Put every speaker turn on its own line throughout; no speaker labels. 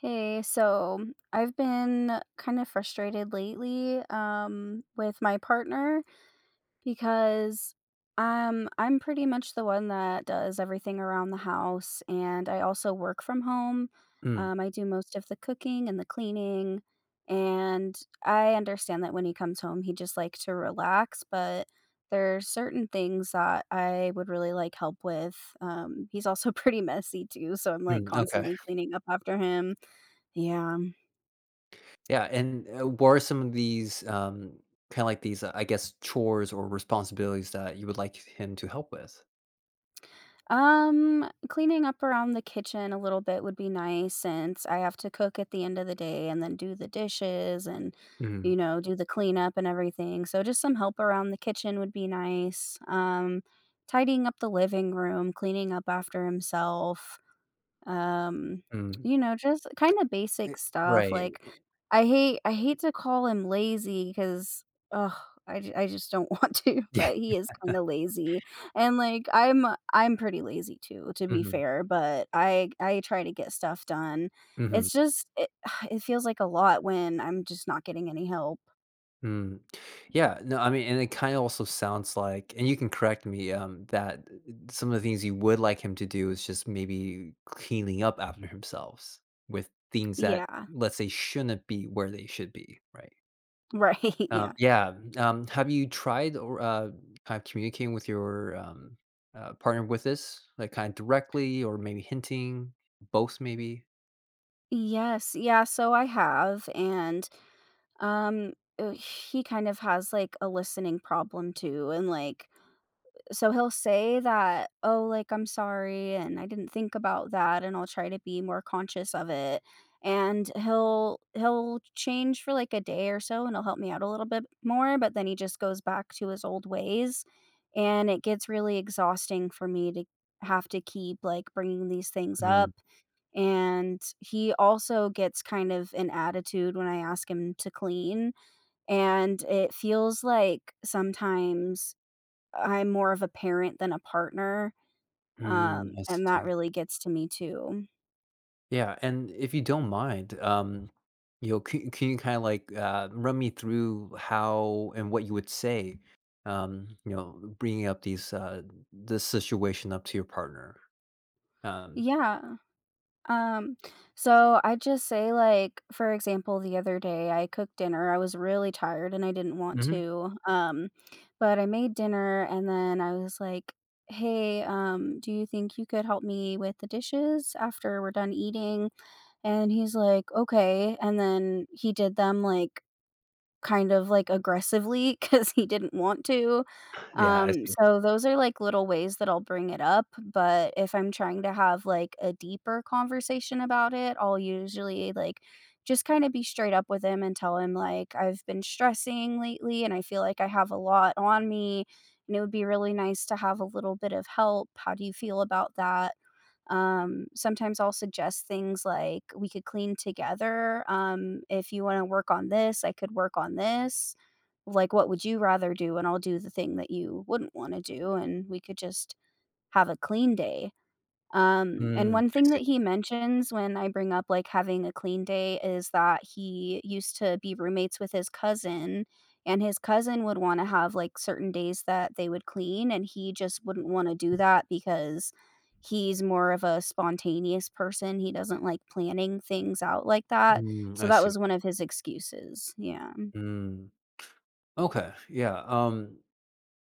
Hey, so I've been kind of frustrated lately with my partner because I'm pretty much the one that does everything around the house, and I also work from home.
Mm.
I do most of the cooking and the cleaning, and I understand that when he comes home, he just like to relax, but there are certain things that I would really like help with. He's also pretty messy too, so I'm like
Mm. Okay.
constantly cleaning up after him, yeah.
Yeah, and what are some of these, kinda like these, I guess, chores or responsibilities that you would like him to help with?
Cleaning up around the kitchen a little bit would be nice since I have to cook at the end of the day and then do the dishes and,
Mm.
do the cleanup and everything. So just some help around the kitchen would be nice. Tidying up the living room, cleaning up after himself. Um,
Mm.
just kinda basic stuff,
Right.
like, I hate to call him lazy because, oh, I just don't want to,
Yeah.
but he is kinda lazy, and, like, I'm pretty lazy too, to be
Mhm.
fair, but I try to get stuff done.
Mhm.
It's just it it feels like a lot when I'm just not getting any help.
Mm. Yeah, no, I mean, and it kinda also sounds like and you can correct me, that some of the things you would like him to do is just maybe cleaning up after himself with things that,
Yeah.
let's say, shouldn't be where they should be, right?
Right, yeah.
Yeah, have you tried or, kind of communicating with your, partner with this? Like, kind of directly or maybe hinting? Both maybe?
Yes, yeah, so I have, and Um, he kind of has, like, a listening problem too, and, like so he'll say that, "Oh, like, I'm sorry, and I didn't think about that, and I'll try to be more conscious of it." And he'll change for, like, a day or so, and he'll help me out a little bit more, but then he just goes back to his old ways, and it gets really exhausting for me to have to keep, like, bringing these things
Mm.
up, and he also gets kind of an attitude when I ask him to clean. And it feels like sometimes I'm more of a parent than a partner,
Mm. I
and that
see.
really gets to me too.
Yeah, and if you don't mind, you know, can you kind of, like, run me through how and what you would say, you know, bringing up these, this situation up to your partner? Um
Yeah. Um, so I just say like, for example, the other day I cooked dinner. I was really tired and I didn't want
Mhm.
to. But I made dinner and then I was like, Hey, do you think you could help me with the dishes after we're done eating? And he's like, Okay. And then he did them like kind of, like, aggressively because he didn't want to.
Yeah, I see.
So those are, like, little ways that I'll bring it up, but if I'm trying to have, like, a deeper conversation about it, I'll usually, like, just kinda be straight up with him and tell him, like, "I've been stressing lately, and I feel like I have a lot on me, and it would be really nice to have a little bit of help. How do you feel about that?" Sometimes I'll suggest things like, "We could clean together. If you wanna work on this, I could work on this. Like, what would you rather do? And I'll do the thing that you wouldn't wanna do, and we could just have a clean day." And
Mm,
one
I
thing that
see.
he mentions when I bring up, like, having a clean day is that he used to be roommates with his cousin, and his cousin would wanna have, like, certain days that they would clean, and he just wouldn't wanna do that because he's more of a spontaneous person, he doesn't like planning things out like that,
Mm,
so
I
that
see.
was one of his excuses, yeah.
Mm. Okay. Yeah.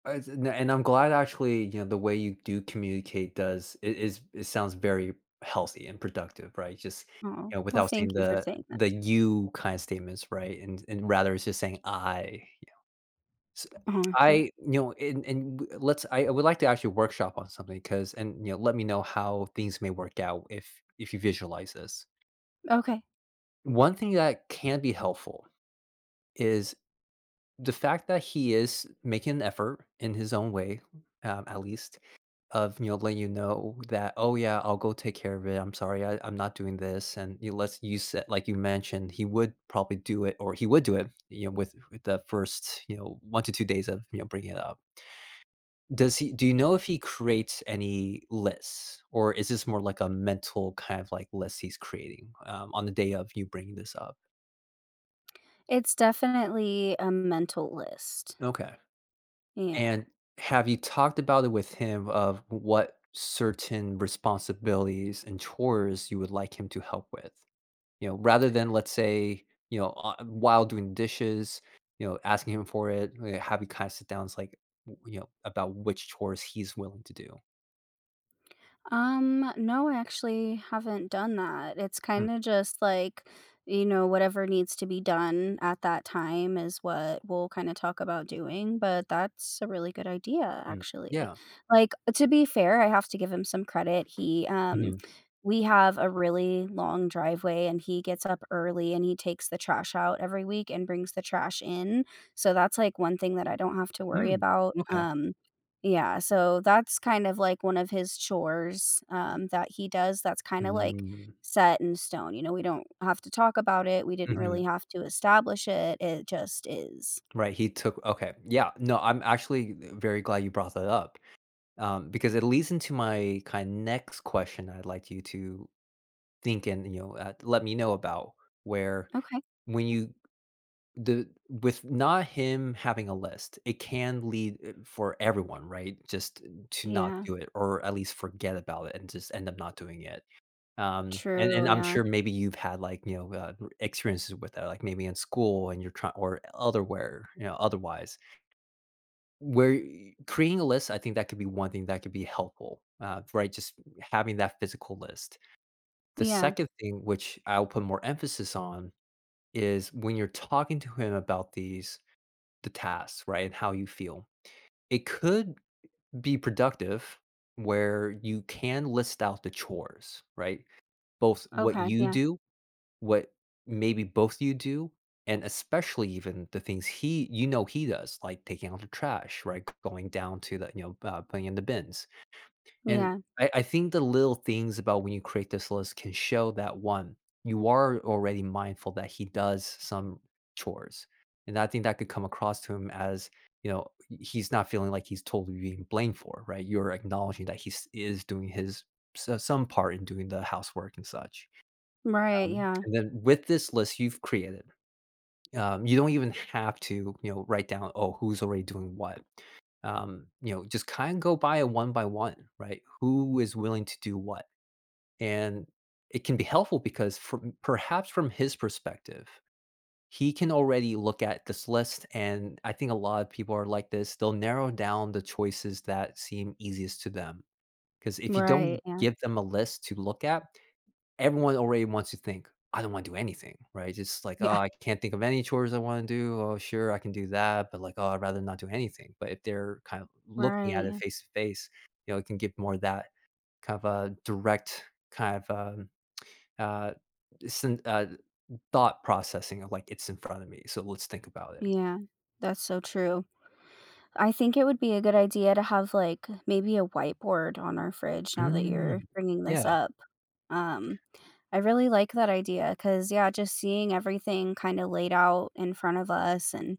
And I'm glad actually, you know, the way you do communicate does it is it sounds very healthy and productive, right? Just,
Oh,
you know,
well,
without saying
thank you for
the
saying that.
the you kind of statements, right? And rather it's just saying I. Yeah. S-
Yeah,
I, you know, and w- let's. I would like to actually workshop on something because, and you know, let me know how things may work out if you visualize this.
okay.
One thing that can be helpful is the fact that he is making an effort in his own way, at least, of, you know, letting you know that, oh yeah, I'll go take care of it. I'm sorry, I'm not doing this. And, you know, let's use it like you mentioned, he would probably do it, or he would do it. You know, with the first, you know, 1 to 2 days of, you know, bringing it up. Does he? Do you know if he creates any lists, or is this more like a mental kind of like list he's creating on the day of you bringing this up?
It's definitely a mental list,
Okay.
yeah.
And have you talked about it with him of what certain responsibilities and chores you would like him to help with? You know, rather than, let's say, you know, while doing dishes, you know, asking him for it, have you kind of sit down it's like, you know, about which chores he's willing to do.
No, I actually haven't done that. It's
Mm.
kind of just like, you know, whatever needs to be done at that time is what we'll kind of talk about doing. But that's a really good idea,
Mm.
actually.
Yeah.
Like, to be fair, I have to give him some credit. He,
Mhm.
we have a really long driveway and he gets up early and he takes the trash out every week and brings the trash in. So that's like one thing that I don't have to worry
Mm.
about.
Okay.
Yeah, so that's kind of like one of his chores, that he does that's kinda like
Mm.
set in stone, you know, we don't have to talk about it, we didn't
Mhm.
really have to establish it, it just is.
Right. He took, okay. Yeah. No, I'm actually very glad you brought that up. Because it leads into my kind of next question I'd like you to think and, you know, let me know about where,
Okay.
when you, the with not him having a list, it can lead, for everyone, right? Just to not
Yeah.
do it or at least forget about it and just end up not doing it. And,
True,
and I'm
yeah.
sure maybe you've had like, you know, experiences with that, like maybe in school and you're trying or otherwhere, you know, otherwise where y creating a list, I think that could be one thing that could be helpful, right? Just having that physical list. The
Yeah.
second thing, which I'll put more emphasis on, is when you're talking to him about the tasks, right, and how you feel. It could be productive where you can list out the chores, right? Both what
Okay,
you
yeah.
do, what, maybe both you do, and especially even the things he, you know, he does, like taking out the trash, right, going down to the, you know, putting in the bins. And
Yeah.
I think the little things about when you create this list can show that, one, you are already mindful that he does some chores, and I think that could come across to him as, you know, he's not feeling like he's totally being blamed for, right, you're acknowledging that he is doing his, some part in doing the housework and such.
Right, yeah.
And then with this list you've created, you don't even have to, you know, write down, oh, who's already doing what. You know, just kind of go by it one by one, right? Who is willing to do what? And it can be helpful because, from perhaps from his perspective, he can already look at this list. And I think a lot of people are like this. They'll narrow down the choices that seem easiest to them. Because if you
Right,
don't
yeah.
give them a list to look at, everyone already wants to think, "I don't wanna do anything," right? Just like, "Oh,
Yeah.
I can't think of any chores I wanna do. Oh, sure, I can do that, but, like, oh, I'd rather not do anything." But if they're kind of looking
Right,
at it
yeah.
face to face, you know, it can give more of that kind of a direct kind of, uh, syn thought processing of, like, "It's in front of me, so let's think about it."
Yeah. That's so true. I think it would be a good idea to have, like, maybe a whiteboard on our fridge now that you're
Mm.
bringing this
Yeah.
up. Um I really like that idea because, yeah, just seeing everything kind of laid out in front of us and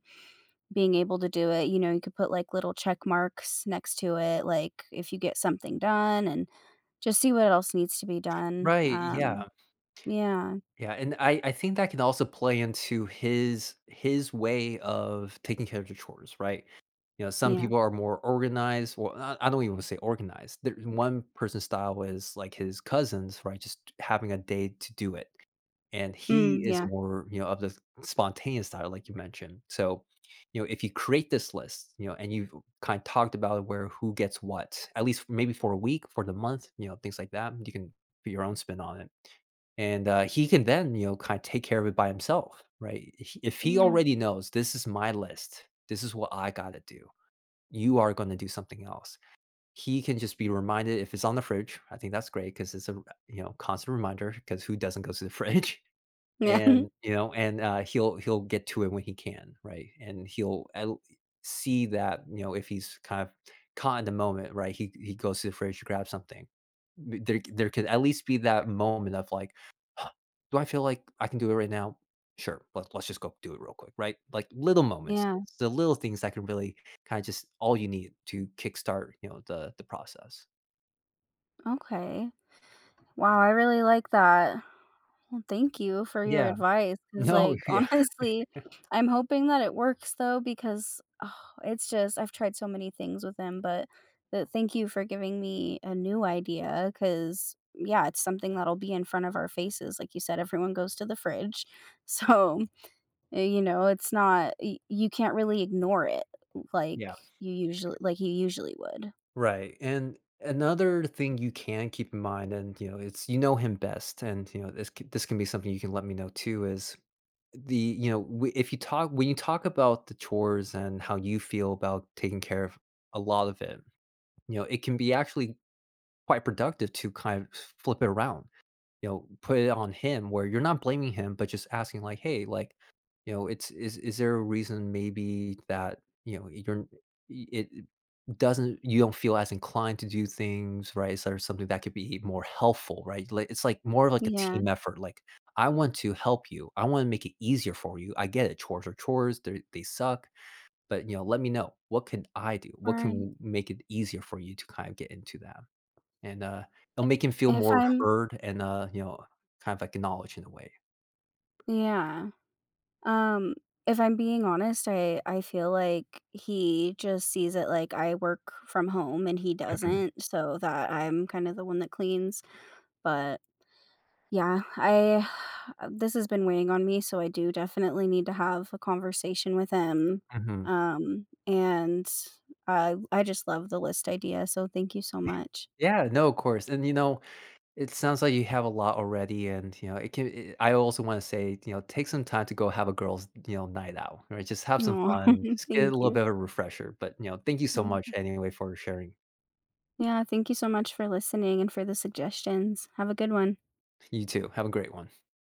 being able to do it, you know, you could put like little check marks next to it, like if you get something done and just see what else needs to be done.
Right, yeah.
Yeah,
Yeah, and I think that can also play into his way of taking care of the chores, right? You know, some
yeah,
people are more organized. Well, I don't even want to say organized. There, one person's style is like his cousins, right? Just having a day to do it. And
mm,
he is
yeah,
more, you know, of the spontaneous style, like you mentioned. So, you know, if you create this list, you know, and you've kind of talked about where, who gets what, at least maybe for a week, for the month, you know, things like that, you can put your own spin on it. And, he can then, you know, kind of take care of it by himself, right? he If he
yeah,
already knows this is my list, this is what I got to do, you are going to do something else. He can just be reminded if it's on the fridge. I think that's great because it's a, you know, constant reminder because who doesn't go to the fridge?
yeah,
And, you know, and, he'll get to it when he can, right? And he'll el see that, you know, if he's kind of caught in the moment, right? He goes to the fridge to grab something. B There could at least be that moment of like, "Huh, do I feel like I can do it right now? Sure, let's just go do it real quick," right? Like, little moments.
yeah.
It's the little things that can really kinda just all you need to kickstart, you know, the process.
Okay. Wow, I really like that. Well, thank you for your
Yeah.
advice. Cause,
No,
like,
yeah,
honestly, I'm hoping that it works though because, oh, it's just I've tried so many things with him, but thank you for giving me a new idea. Cause, yeah, it's something that'll be in front of our faces. Like you said, everyone goes to the fridge. So, eh, you know, it's not y you can't really ignore it like
yeah.
like you usually would.
Right. And another thing you can keep in mind, and, you know, it's, you know him best, and you know this can be something you can let me know too. Is the, you know, if you talk when you talk about the chores and how you feel about taking care of a lot of it, you know, it can be actually quite productive to kind of flip it around, you know, put it on him where you're not blaming him, but just asking like, "Hey, like, you know, it's is there a reason maybe that, you know, you're it doesn't you don't feel as inclined to do things, right? Is there something that could be more helpful, right?" Like, it's like more of like a
Yeah.
team effort. Like, "I want to help you. I want to make it easier for you. I get it. Chores are chores. They suck, but, you know, let me know. What can I do? What
Right.
can make it easier for you to kind of get into that?" And, it'll make him feel
If
more
I'm
heard and, you know, kind of like acknowledged in a way.
yeah. Um, if I'm being honest, I feel like he just sees it like I work from home and he
Mhm.
doesn't, so that I'm kind of the one that cleans, but yeah, I this has been weighing on me, so I do definitely need to have a conversation with him.
Mhm.
And I just love the list idea, so thank you so much.
Yeah, no, of course, and, you know, it sounds like you have a lot already and, you know, it, I also wanna say, you know, take some time to go have a girls', you know, night out, right? Just have some
Aw,
fun, just get
thank
a little
you.
bit of a refresher, but, you know, thank you so
Yeah,
much anyway for sharing.
yeah, thank you so much for listening and for the suggestions. Have a good one.
You too, have a great one.